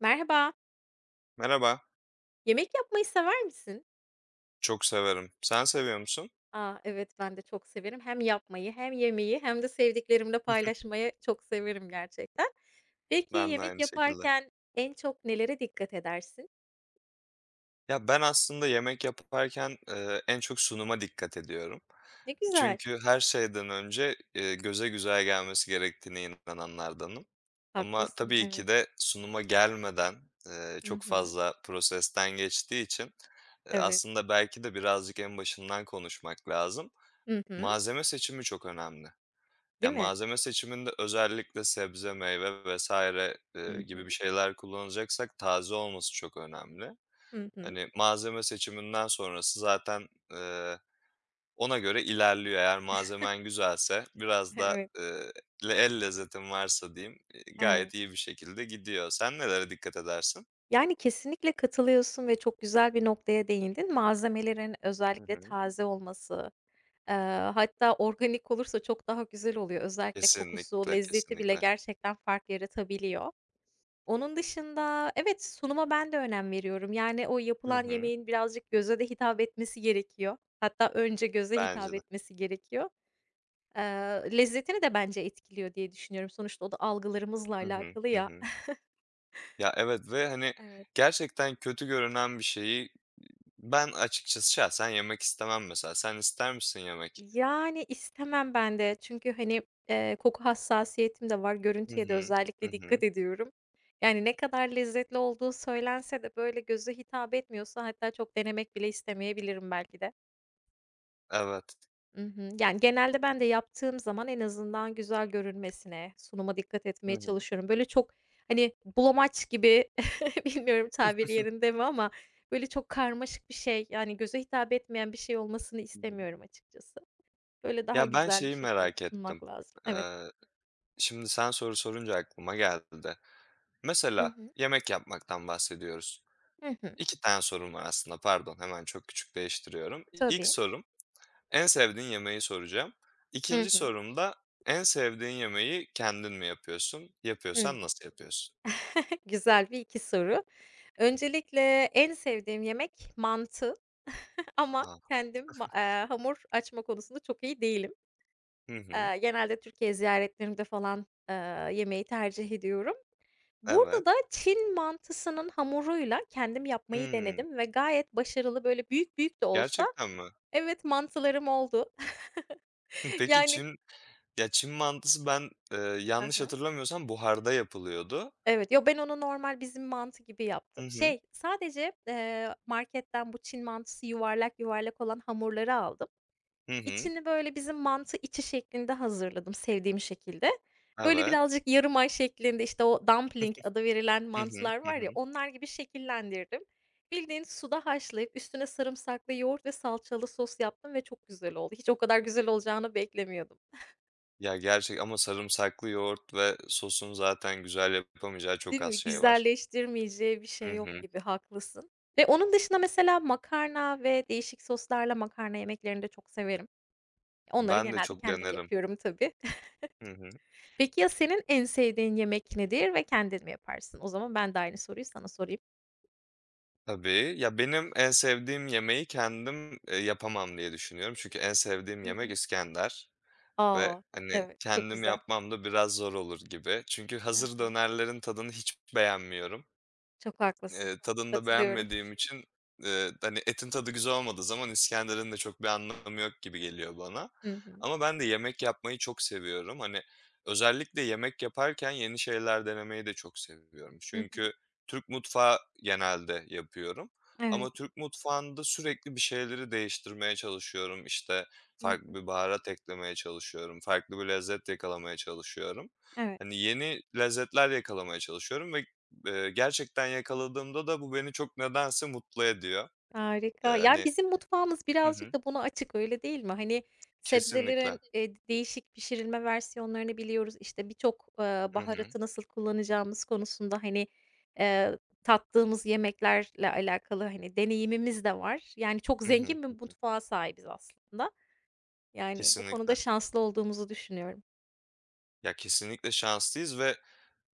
Merhaba, Merhaba, yemek yapmayı sever misin? çok severim. Sen seviyor musun? A, evet, ben de çok severim. Hem yapmayı hem yemeyi hem de sevdiklerimle paylaşmayı çok severim gerçekten. Peki, Ben de yemek aynı şekilde. yaparken en çok nelere dikkat edersin? Ya ben aslında yemek yaparken en çok sunuma dikkat ediyorum. Ne güzel. Çünkü her şeyden önce göze güzel gelmesi gerektiğine inananlardanım. Ama Haklısın, tabii ki evet. de sunuma gelmeden Hı çok hı. fazla prosesten geçtiği için Evet. aslında belki de birazcık en başından konuşmak lazım. Hı hı. Malzeme seçimi çok önemli. Ya, Değil mi? malzeme seçiminde özellikle sebze, meyve vesaire Hı gibi bir hı. şeyler kullanacaksak taze olması çok önemli. Hı hı. Hani, malzeme seçiminden sonrası zaten, ona göre ilerliyor. Eğer malzemen güzelse biraz da, Evet, le el lezzetin varsa diyeyim, gayet evet. iyi bir şekilde gidiyor. Sen nelere dikkat edersin? Yani, kesinlikle katılıyorsun ve çok güzel bir noktaya değindin. Malzemelerin Hı özellikle hı. taze olması, Eee, hatta organik olursa çok daha güzel oluyor. Özellikle kokusu, Kesinlikle, lezzeti bile kesinlikle. gerçekten fark yaratabiliyor. Onun dışında evet, sunuma ben de önem veriyorum. Yani o Hı yapılan hı. yemeğin birazcık göze de hitap etmesi gerekiyor. Hatta önce göze Bence hitap de. etmesi gerekiyor. Eee, lezzetini de bence etkiliyor diye düşünüyorum. Sonuçta o da algılarımızla Hı hı. alakalı Hı ya. hı. Ya, evet ve, hani, Evet. gerçekten kötü görünen bir şeyi ben açıkçası şahsen yemek istemem mesela. Sen ister misin yemek? Yani, istemem ben de. Çünkü, hani, koku hassasiyetim de var. Hı Görüntüye de hı. Hı özellikle dikkat hı. ediyorum. Yani, ne kadar lezzetli olduğu söylense de, böyle, göze hitap etmiyorsa hatta çok denemek bile istemeyebilirim belki de. Evet. Hı. Yani, genelde ben de yaptığım zaman en azından güzel görünmesine, sunuma dikkat Hı etmeye hı. çalışıyorum. Böyle, çok, hani, bulamaç gibi bilmiyorum tabir yerinde mi ama, böyle, çok karmaşık bir şey, yani, göze hitap etmeyen bir şey olmasını Hı hı. istemiyorum açıkçası. Böyle daha Ya, ben güzel bir şeyi şekilde merak ettim. sunmak lazım. Evet. Eee, şimdi sen soru sorunca aklıma geldi. Hı Mesela hı. yemek yapmaktan bahsediyoruz. Hı hı. 2 tane sorum var aslında, pardon, hemen çok küçük değiştiriyorum. İlk Tabii. sorum, en sevdiğin yemeği soracağım. Hı İkinci hı. sorum da en sevdiğin yemeği kendin mi yapıyorsun? Hıı. Yapıyorsan nasıl yapıyorsun? Güzel bir 2 soru. Öncelikle en sevdiğim yemek mantı ama A! kendim ma hamur açma konusunda çok iyi değilim. Hı hı. Genelde Türkiye ziyaretlerimde falan, yemeyi tercih ediyorum. Evet. Burada da Çin mantısının hamuruyla kendim yapmayı Hımm. denedim ve gayet başarılı, böyle, büyük büyük de olsa Gerçekten mi? evet, mantılarım oldu. Hı. Yani Çin mantısı ben, yanlış hatırlamıyorsam buharda yapılıyordu. evet, yo, ben onu normal bizim mantı gibi Hı yaptım. hı. Şey, sadece, marketten bu Çin mantısı yuvarlak yuvarlak olan hamurları aldım. Hı hı. İçini böyle bizim mantı içi şeklinde hazırladım sevdiğim şekilde. Böyle Evet. birazcık yarım ay şeklinde, işte, o dumpling adı verilen Hı hı. mantılar Hı var ya, hı. onlar gibi şekillendirdim. Bildiğin suda haşlayıp üstüne sarımsaklı yoğurt ve salçalı sos yaptım ve çok güzel oldu. Hiç o kadar güzel olacağını beklemiyordum. Ya, gerçek ama sarımsaklı yoğurt ve sosun zaten güzel yapamayacağı çok Değil az mi? şey var. Güzelleştirmeyeceği bir Hı şey yok hı. gibi, haklısın. Ve onun dışında mesela makarna ve değişik soslarla makarna yemeklerini de çok severim. Onları Ben de genelde çok kendim denerim. yapıyorum tabii. Hı hı. Peki ya senin en sevdiğin yemek nedir ve kendin mi yaparsın? O zaman ben de aynı soruyu sana sorayım. Tabii. Ya, benim en sevdiğim yemeği kendim, yapamam diye düşünüyorum. Çünkü en sevdiğim Hı yemek hı. İskender ve, A! hani, Evet, çok kendim güzel. yapmam da biraz zor olur gibi. Çünkü hazır Hı. dönerlerin tadını hiç beğenmiyorum. Çok haklısın. Tadını da Katılıyorum. beğenmediğim için, hani, etin tadı güzel olmadığı zaman İskender'in de çok bir anlamı yok gibi geliyor bana. Hı hı. Ama ben de yemek yapmayı çok seviyorum. Hani, özellikle yemek yaparken yeni şeyler denemeyi de çok seviyorum. Hı hı. Çünkü Türk mutfağı genelde yapıyorum Evet. ama Türk mutfağında sürekli bir şeyleri değiştirmeye çalışıyorum. İşte, Hı farklı hı. bir baharat eklemeye çalışıyorum, farklı bir lezzet yakalamaya çalışıyorum. Evet. Hani, yeni lezzetler yakalamaya çalışıyorum ve gerçekten yakaladığımda da bu beni çok nedense mutlu ediyor. Eee, Harika. Yani, hani bizim mutfağımız Hı hı. birazcık da buna açık, öyle değil mi? Hani, Kesinlikle. sebzelerin, değişik pişirilme versiyonlarını biliyoruz. İşte, birçok, Hı hı. baharatı nasıl kullanacağımız konusunda, hani, tattığımız yemeklerle alakalı, hani, deneyimimiz de var. Yani, çok Hı hı. zengin bir mutfağa sahibiz aslında. Yani, bu konuda Kesinlikle. şanslı olduğumuzu düşünüyorum. Ya, kesinlikle şanslıyız ve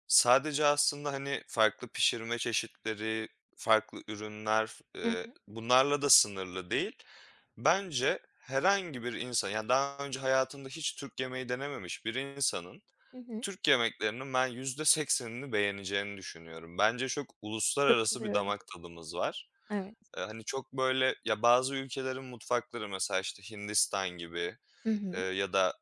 sadece aslında, hani, farklı pişirme çeşitleri, farklı ürünler, Hı hı. bunlarla da sınırlı değil. Bence herhangi bir insan, ya, daha önce hayatında hiç Türk yemeği denememiş bir insanın Hı hı. Türk yemeklerinin ben %80'ini beğeneceğini düşünüyorum. Bence çok uluslararası bir Katılıyorum. damak tadımız var. Evet. Hani, çok böyle ya, bazı ülkelerin mutfakları mesela, işte, Hindistan gibi, Hı hı. ya da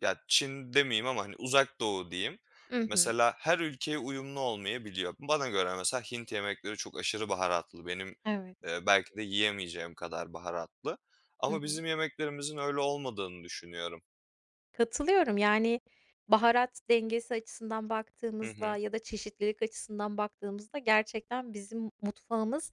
ya, Çin demeyeyim ama, hani, Uzak Doğu diyeyim. Hı hı. Mesela her ülkeye uyumlu olmayabiliyor. Bana göre mesela Hint yemekleri çok aşırı baharatlı. Benim, Evet. Belki de yiyemeyeceğim kadar baharatlı Hı ama hı. bizim yemeklerimizin öyle olmadığını düşünüyorum. Katılıyorum. Yani, baharat dengesi açısından Hı hı. baktığımızda ya da çeşitlilik açısından baktığımızda gerçekten bizim mutfağımız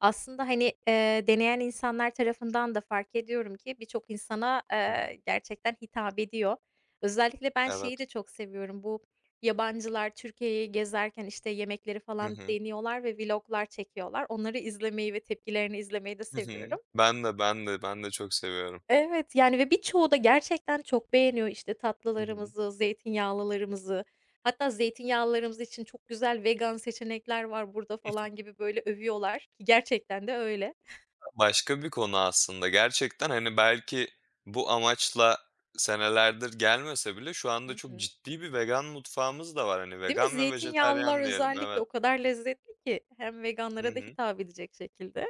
aslında, hani, deneyen insanlar tarafından da fark ediyorum ki birçok insana, Hı hı. Gerçekten hitap ediyor. Özellikle ben şeyi Evet. de çok seviyorum. Bu yabancılar Türkiye'yi gezerken, işte, yemekleri Hı falan hı. deniyorlar ve vlog'lar çekiyorlar. Onları izlemeyi ve tepkilerini izlemeyi de Hı hı. seviyorum. Ben de, ben de, ben de çok seviyorum. Evet, yani ve birçoğu da gerçekten çok beğeniyor, işte, Hı hı. tatlılarımızı, zeytinyağlılarımızı. Hatta zeytinyağlılarımız için çok güzel vegan seçenekler var burada falan gibi böyle övüyorlar ki gerçekten de öyle. Başka bir konu aslında. Gerçekten, hani, belki bu amaçla senelerdir gelmese bile şu anda Hı çok hı. ciddi bir vegan mutfağımız da var. Hani, Değil mi? vegan ve Zeytinyağlılar vejetaryen diyelim. özellikle Evet. o kadar lezzetli ki hem Hı veganlara da hı. hitap edecek şekilde.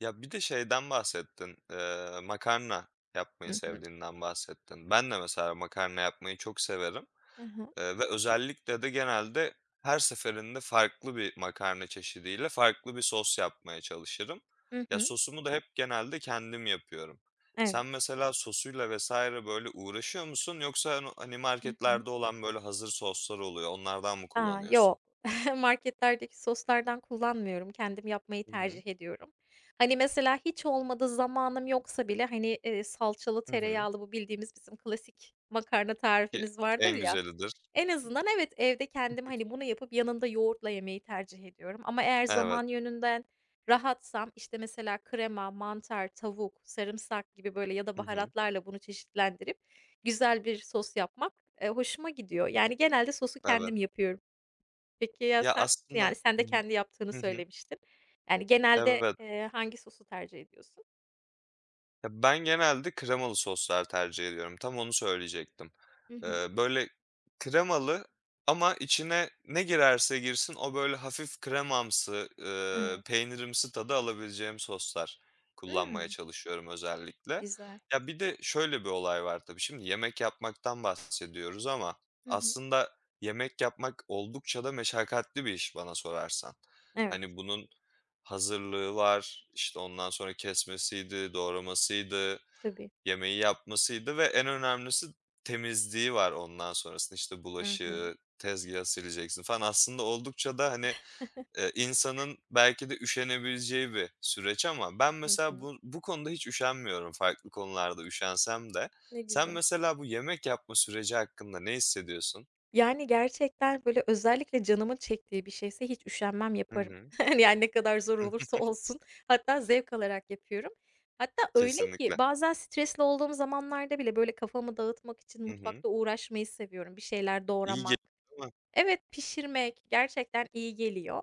Ya, bir de şeyden bahsettin, makarna yapmayı Hı hı. sevdiğinden bahsettin. Ben de mesela makarna yapmayı çok severim. Hı hı. Ve özellikle de genelde her seferinde farklı bir makarna çeşidiyle farklı bir sos yapmaya çalışırım. Hı Ya, hı. sosumu da hep genelde kendim yapıyorum. Sen Evet. mesela sosuyla vesaire böyle uğraşıyor musun yoksa hani, Hı hı. marketlerde olan böyle hazır soslar oluyor, onlardan mı A, yo. kullanıyorsun? Marketlerdeki soslardan kullanmıyorum. Kendim yapmayı Hı hı. tercih ediyorum. Hani, mesela hiç olmadı zamanım yoksa bile, hani, salçalı, Hı hı. tereyağlı bu bildiğimiz bizim klasik makarna Ki tarifimiz vardır en ya. güzelidir. En azından evet, evde kendim, hani, bunu yapıp yanında yoğurtla yemeyi tercih ediyorum ama eğer Evet. zaman yönünden rahatsam, işte, mesela krema, mantar, tavuk, sarımsak gibi böyle ya da Hı hı. baharatlarla bunu çeşitlendirip güzel bir sos yapmak, hoşuma gidiyor. Yani, genelde sosu Evet. kendim yapıyorum. Peki ya Ya, sen? aslında Yani sen de kendi yaptığını Hı hı. söylemiştin. Yani genelde, Evet. Hangi sosu tercih ediyorsun? Ya, ben genelde kremalı soslar tercih ediyorum. Tam onu söyleyecektim. Hı hı. Böyle kremalı ama içine ne girerse girsin o böyle hafif kremamsı, Evet. peynirimsi tadı alabileceğim soslar kullanmaya Hımm, çalışıyorum özellikle. güzel. Ya, bir de şöyle bir olay var tabii. Şimdi yemek yapmaktan bahsediyoruz ama Hı hı. aslında yemek yapmak oldukça da meşakkatli bir iş bana sorarsan. Evet, Hani, bunun hazırlığı var, işte, ondan sonra kesmesiydi, doğramasıydı, tabii. yemeği yapmasıydı ve en önemlisi temizliği var ondan sonrasında. İşte, Hı hı. bulaşığı, tezgâhı sileceksin falan. Aslında oldukça da, hani, insanın belki de üşenebileceği bir süreç ama ben Hı mesela hı. bu konuda hiç üşenmiyorum farklı konularda üşensem de. Ne Sen güzel. mesela bu yemek yapma süreci hakkında ne hissediyorsun? Yani gerçekten, böyle, özellikle canımın çektiği bir şeyse hiç üşenmem Hı yaparım. hı. Yani ne kadar zor Hı hı. olursa olsun. Hatta zevk alarak yapıyorum. Hatta öyle ki Kesinlikle. bazen stresli olduğum zamanlarda bile, böyle, kafamı dağıtmak için Hı hı. mutfakta uğraşmayı seviyorum. Bir şeyler İyi geliyor, doğramak, değil mi? evet, pişirmek gerçekten iyi geliyor.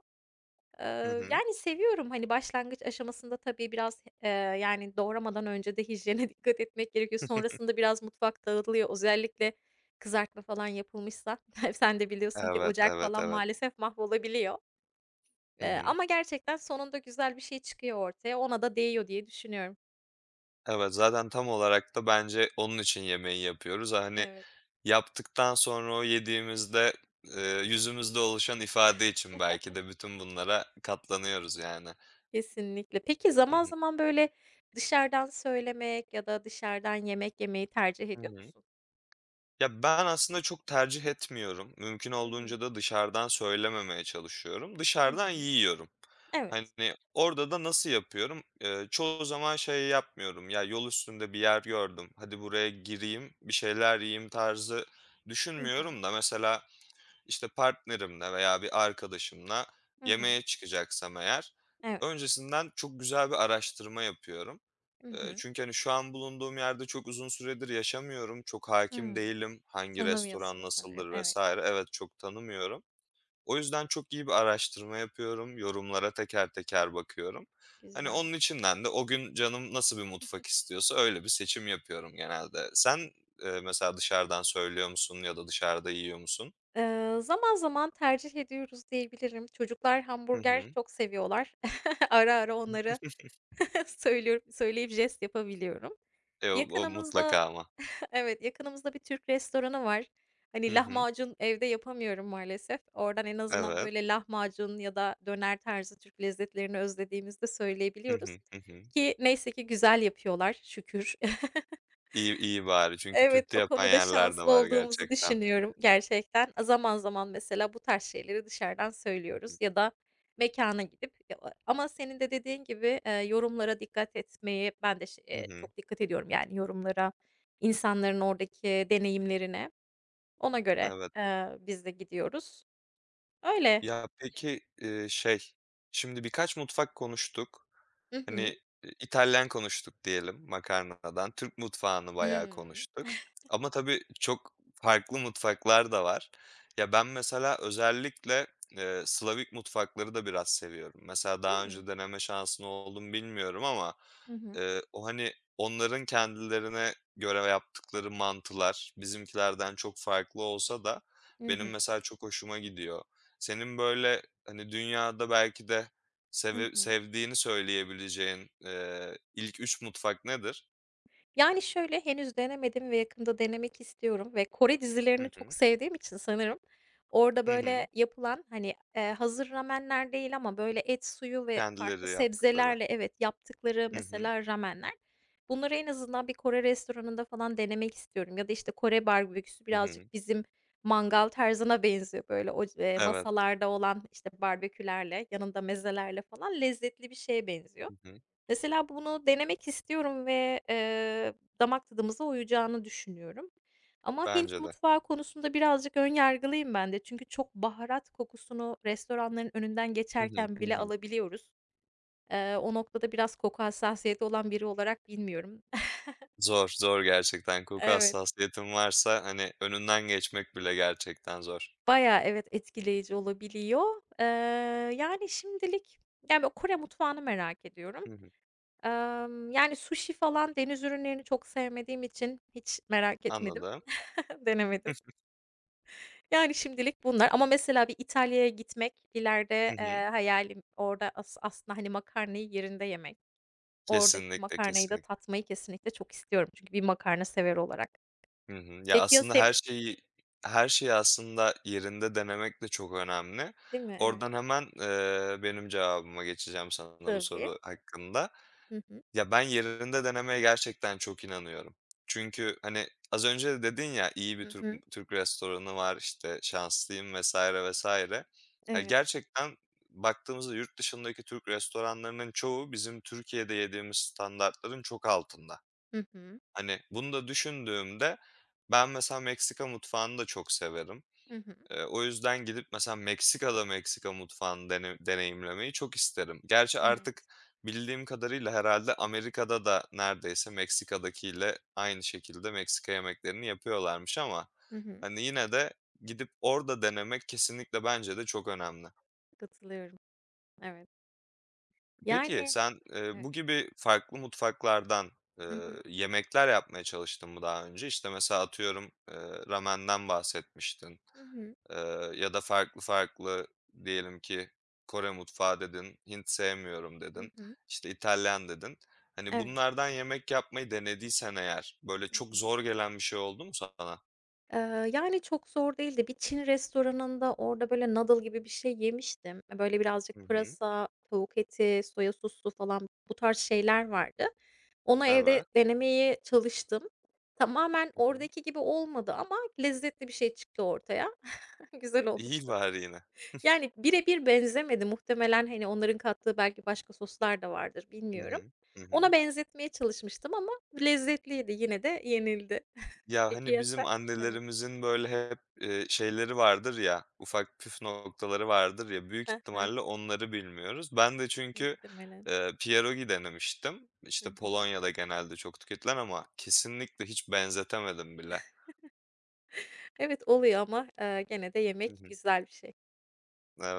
Hı hı. Yani, seviyorum. Hani, başlangıç aşamasında tabii biraz, yani, doğramadan önce de hijyene dikkat etmek gerekiyor. Sonrasında biraz mutfak dağılıyor. Özellikle kızartma falan yapılmışsa sen de biliyorsun ki Evet, ocak evet, falan evet. maalesef mahvolabiliyor. Hı hı. Ama gerçekten sonunda güzel bir şey çıkıyor ortaya. Ona da değiyor diye düşünüyorum. Evet, zaten tam olarak da bence onun için yemeği yapıyoruz. Hani, Evet, yaptıktan sonra o yediğimizde, yüzümüzde oluşan ifade için belki de bütün bunlara katlanıyoruz yani. kesinlikle. Peki, Hı zaman hı. zaman, böyle, dışarıdan söylemek ya da dışarıdan yemek yemeyi tercih Hı ediyor hı. musun? Ya, ben aslında çok tercih etmiyorum. Mümkün Hı hı. olduğunca da dışarıdan söylememeye çalışıyorum. Hı Dışarıdan hı. yiyorum. Evet. Hani, orada da nasıl yapıyorum? Çoğu zaman şey yapmıyorum, ya, yol üstünde bir yer gördüm, hadi buraya gireyim, bir şeyler yiyeyim tarzı Hı hı. düşünmüyorum da mesela işte partnerimle veya bir arkadaşımla Hı yemeğe hı. çıkacaksam eğer Evet. öncesinden çok güzel bir araştırma yapıyorum. Hı hı. Çünkü, hani, şu an bulunduğum yerde çok uzun süredir yaşamıyorum. Çok hakim Hımm. değilim. Hangi restoran Tanımıyorsun sanırım. nasıldır Evet, vesaire. Evet, çok tanımıyorum. O yüzden çok iyi bir araştırma yapıyorum. Yorumlara teker teker bakıyorum. Hani, güzel. onun içinden de o gün canım nasıl bir mutfak istiyorsa öyle bir seçim yapıyorum genelde. Sen, mesela dışarıdan söylüyor musun ya da dışarıda yiyor musun? Zaman zaman tercih ediyoruz diyebilirim. Çocuklar Hı hamburger hı. çok seviyorlar. Ara ara onlara söylüyorum söyleyip jest yapabiliyorum. E, o mutlaka Yakınımızda ama. evet, yakınımızda bir Türk restoranı var. Hani Hı hı. lahmacun evde yapamıyorum maalesef. Oradan en azından Evet. böyle lahmacun ya da döner tarzı Türk lezzetlerini özlediğimizde Hı söyleyebiliyoruz hı. Hı hı. ki neyse ki güzel yapıyorlar şükür. İyi iyi bari çünkü Evet, kötü o yapan konuda yerler de şanslı var olduğumuzu gerçekten. düşünüyorum gerçekten. Zaman zaman mesela bu tarz şeyleri dışarıdan Hı hı. söylüyoruz ya da mekana gidip ya, ama senin de dediğin gibi, yorumlara dikkat etmeyi ben de ş Hı hı. çok dikkat ediyorum yani yorumlara, insanların oradaki deneyimlerine. Ona göre, Evet. Biz de gidiyoruz. Öyle. Ya, peki, şimdi birkaç mutfak konuştuk. Hı Hani, hı. e, İtalyan konuştuk diyelim makarnadan, Türk mutfağını bayağı konuştuk ama tabii çok farklı mutfaklar da var. Ya, ben mesela özellikle, Slavik mutfakları da biraz seviyorum. Mesela daha önce deneme şansın oldu mu bilmiyorum ama, Hı hı. Hani, onların kendilerine göre yaptıkları mantılar bizimkilerden çok farklı olsa da Hı benim hı. mesela çok hoşuma gidiyor. Senin böyle, hani, dünyada belki de Hı hı. seve Hı hı. sevdiğini söyleyebileceğin, ilk 3 mutfak nedir? Yani, şöyle, henüz denemedim ve yakında denemek istiyorum ve Kore Hı dizilerini çok hı. sevdiğim için sanırım orada, Hı hı. böyle, yapılan, hani, hazır ramenler değil ama, böyle, et suyu ve farklı Kendileri yaptıkları. sebzelerle, evet, yaptıkları Hı hı. mesela ramenler. Bunları en azından bir Kore restoranında falan denemek istiyorum ya da, işte, Kore barbeküsü Hı hı. birazcık bizim mangal tarzına benziyor. Böyle, o Evet. masalarda olan, işte, barbekülerle, yanında mezelerle falan lezzetli bir şeye benziyor. Hı hı. Mesela bunu denemek istiyorum ve, damak tadımıza uyacağını düşünüyorum ama Hint Bence de. mutfağı konusunda birazcık ön yargılıyım ben de. Çünkü çok baharat kokusunu restoranların önünden Hı hı. geçerken Hı bile hı. alabiliyoruz. O noktada biraz koku hassasiyeti olan biri olarak bilmiyorum. Zor, zor gerçekten. Koku Evet, hassasiyetin varsa, hani, önünden geçmek bile gerçekten zor. bayağı evet, etkileyici olabiliyor. Yani şimdilik, yani, Kore mutfağını merak ediyorum. Hı hı. Yani, sushi falan deniz ürünlerini çok sevmediğim için hiç merak etmedim, Anladım. denemedim. Yani, şimdilik bunlar ama mesela bir İtalya'ya gitmek Hı ileride, hı. Hayalim. Orada aslında, hani, makarnayı yerinde yemek. Oradaki Kesinlikle, makarnayı da kesinlikle. tatmayı kesinlikle çok istiyorum çünkü bir makarna sever olarak. Hı hı. Ya, Peki ya aslında her senin? şeyi her şeyi aslında yerinde denemek de çok önemli. Değil mi? Evet, Oradan hemen, benim cevabıma geçeceğim sana bu tabii. soru hakkında. Hı hı. Ya, ben yerinde denemeye gerçekten çok inanıyorum. Çünkü, hani, az önce de dedin ya, iyi bir Hı Türk hı. Türk restoranı var, işte, şanslıyım vesaire vesaire. Ya, Evet. gerçekten baktığımızda yurt dışındaki Türk restoranlarının çoğu bizim Türkiye'de yediğimiz standartların çok altında. Hı hı. Hani, bunu da düşündüğümde ben mesela Meksika mutfağını da çok severim. Hı hı. O yüzden gidip mesela Meksika'da Meksika mutfağını deneyimlemeyi çok isterim. Gerçi artık Evet. bildiğim kadarıyla herhalde Amerika'da da neredeyse Meksika'dakiyle aynı şekilde Meksika yemeklerini yapıyorlarmış ama, Hı hı. hani, yine de gidip orada denemek kesinlikle bence de çok önemli. Katılıyorum. Evet. Peki Yani sen, bu evet. gibi farklı mutfaklardan, Hı eee, hı. yemekler yapmaya çalıştın mı daha önce? İşte, mesela atıyorum, eee, ramen'den bahsetmiştin. Hı hı. Ya da farklı farklı diyelim ki Kore mutfağı dedin, Hint sevmiyorum Hı dedin, hı. işte İtalyan dedin. Hani Evet. bunlardan yemek yapmayı denediysen eğer böyle Hı çok hı. zor gelen bir şey oldu mu sana? Yani, çok zor değildi. Bir Çin restoranında orada, böyle, noodle gibi bir şey yemiştim. E, böyle, Hı birazcık hı. pırasa, tavuk eti, soya sosu falan bu tarz şeyler vardı. Onu evde Evet. denemeye çalıştım. Tamamen Hı hı. oradaki gibi olmadı ama lezzetli bir şey çıktı ortaya. Güzel İyi olmuştu. bari yine. Yani, birebir benzemedi. Muhtemelen, hani, onların kattığı belki başka soslar da vardır, Hı bilmiyorum. hı. Hı Ona hı. benzetmeye çalışmıştım ama lezzetliydi. Yine de yenildi. Ya, Peki hani, ya bizim sen? Evet. annelerimizin, böyle, hep, şeyleri vardır ya, ufak püf noktaları vardır ya, büyük ihtimalle onları bilmiyoruz. Ben de çünkü, Muhtemelen. Pierogi denemiştim. Hı İşte, hı. Polonya'da genelde çok tüketilen ama kesinlikle hiç benzetemedim bile. Evet, oluyor ama, gene de Hı yemek hı. güzel bir şey.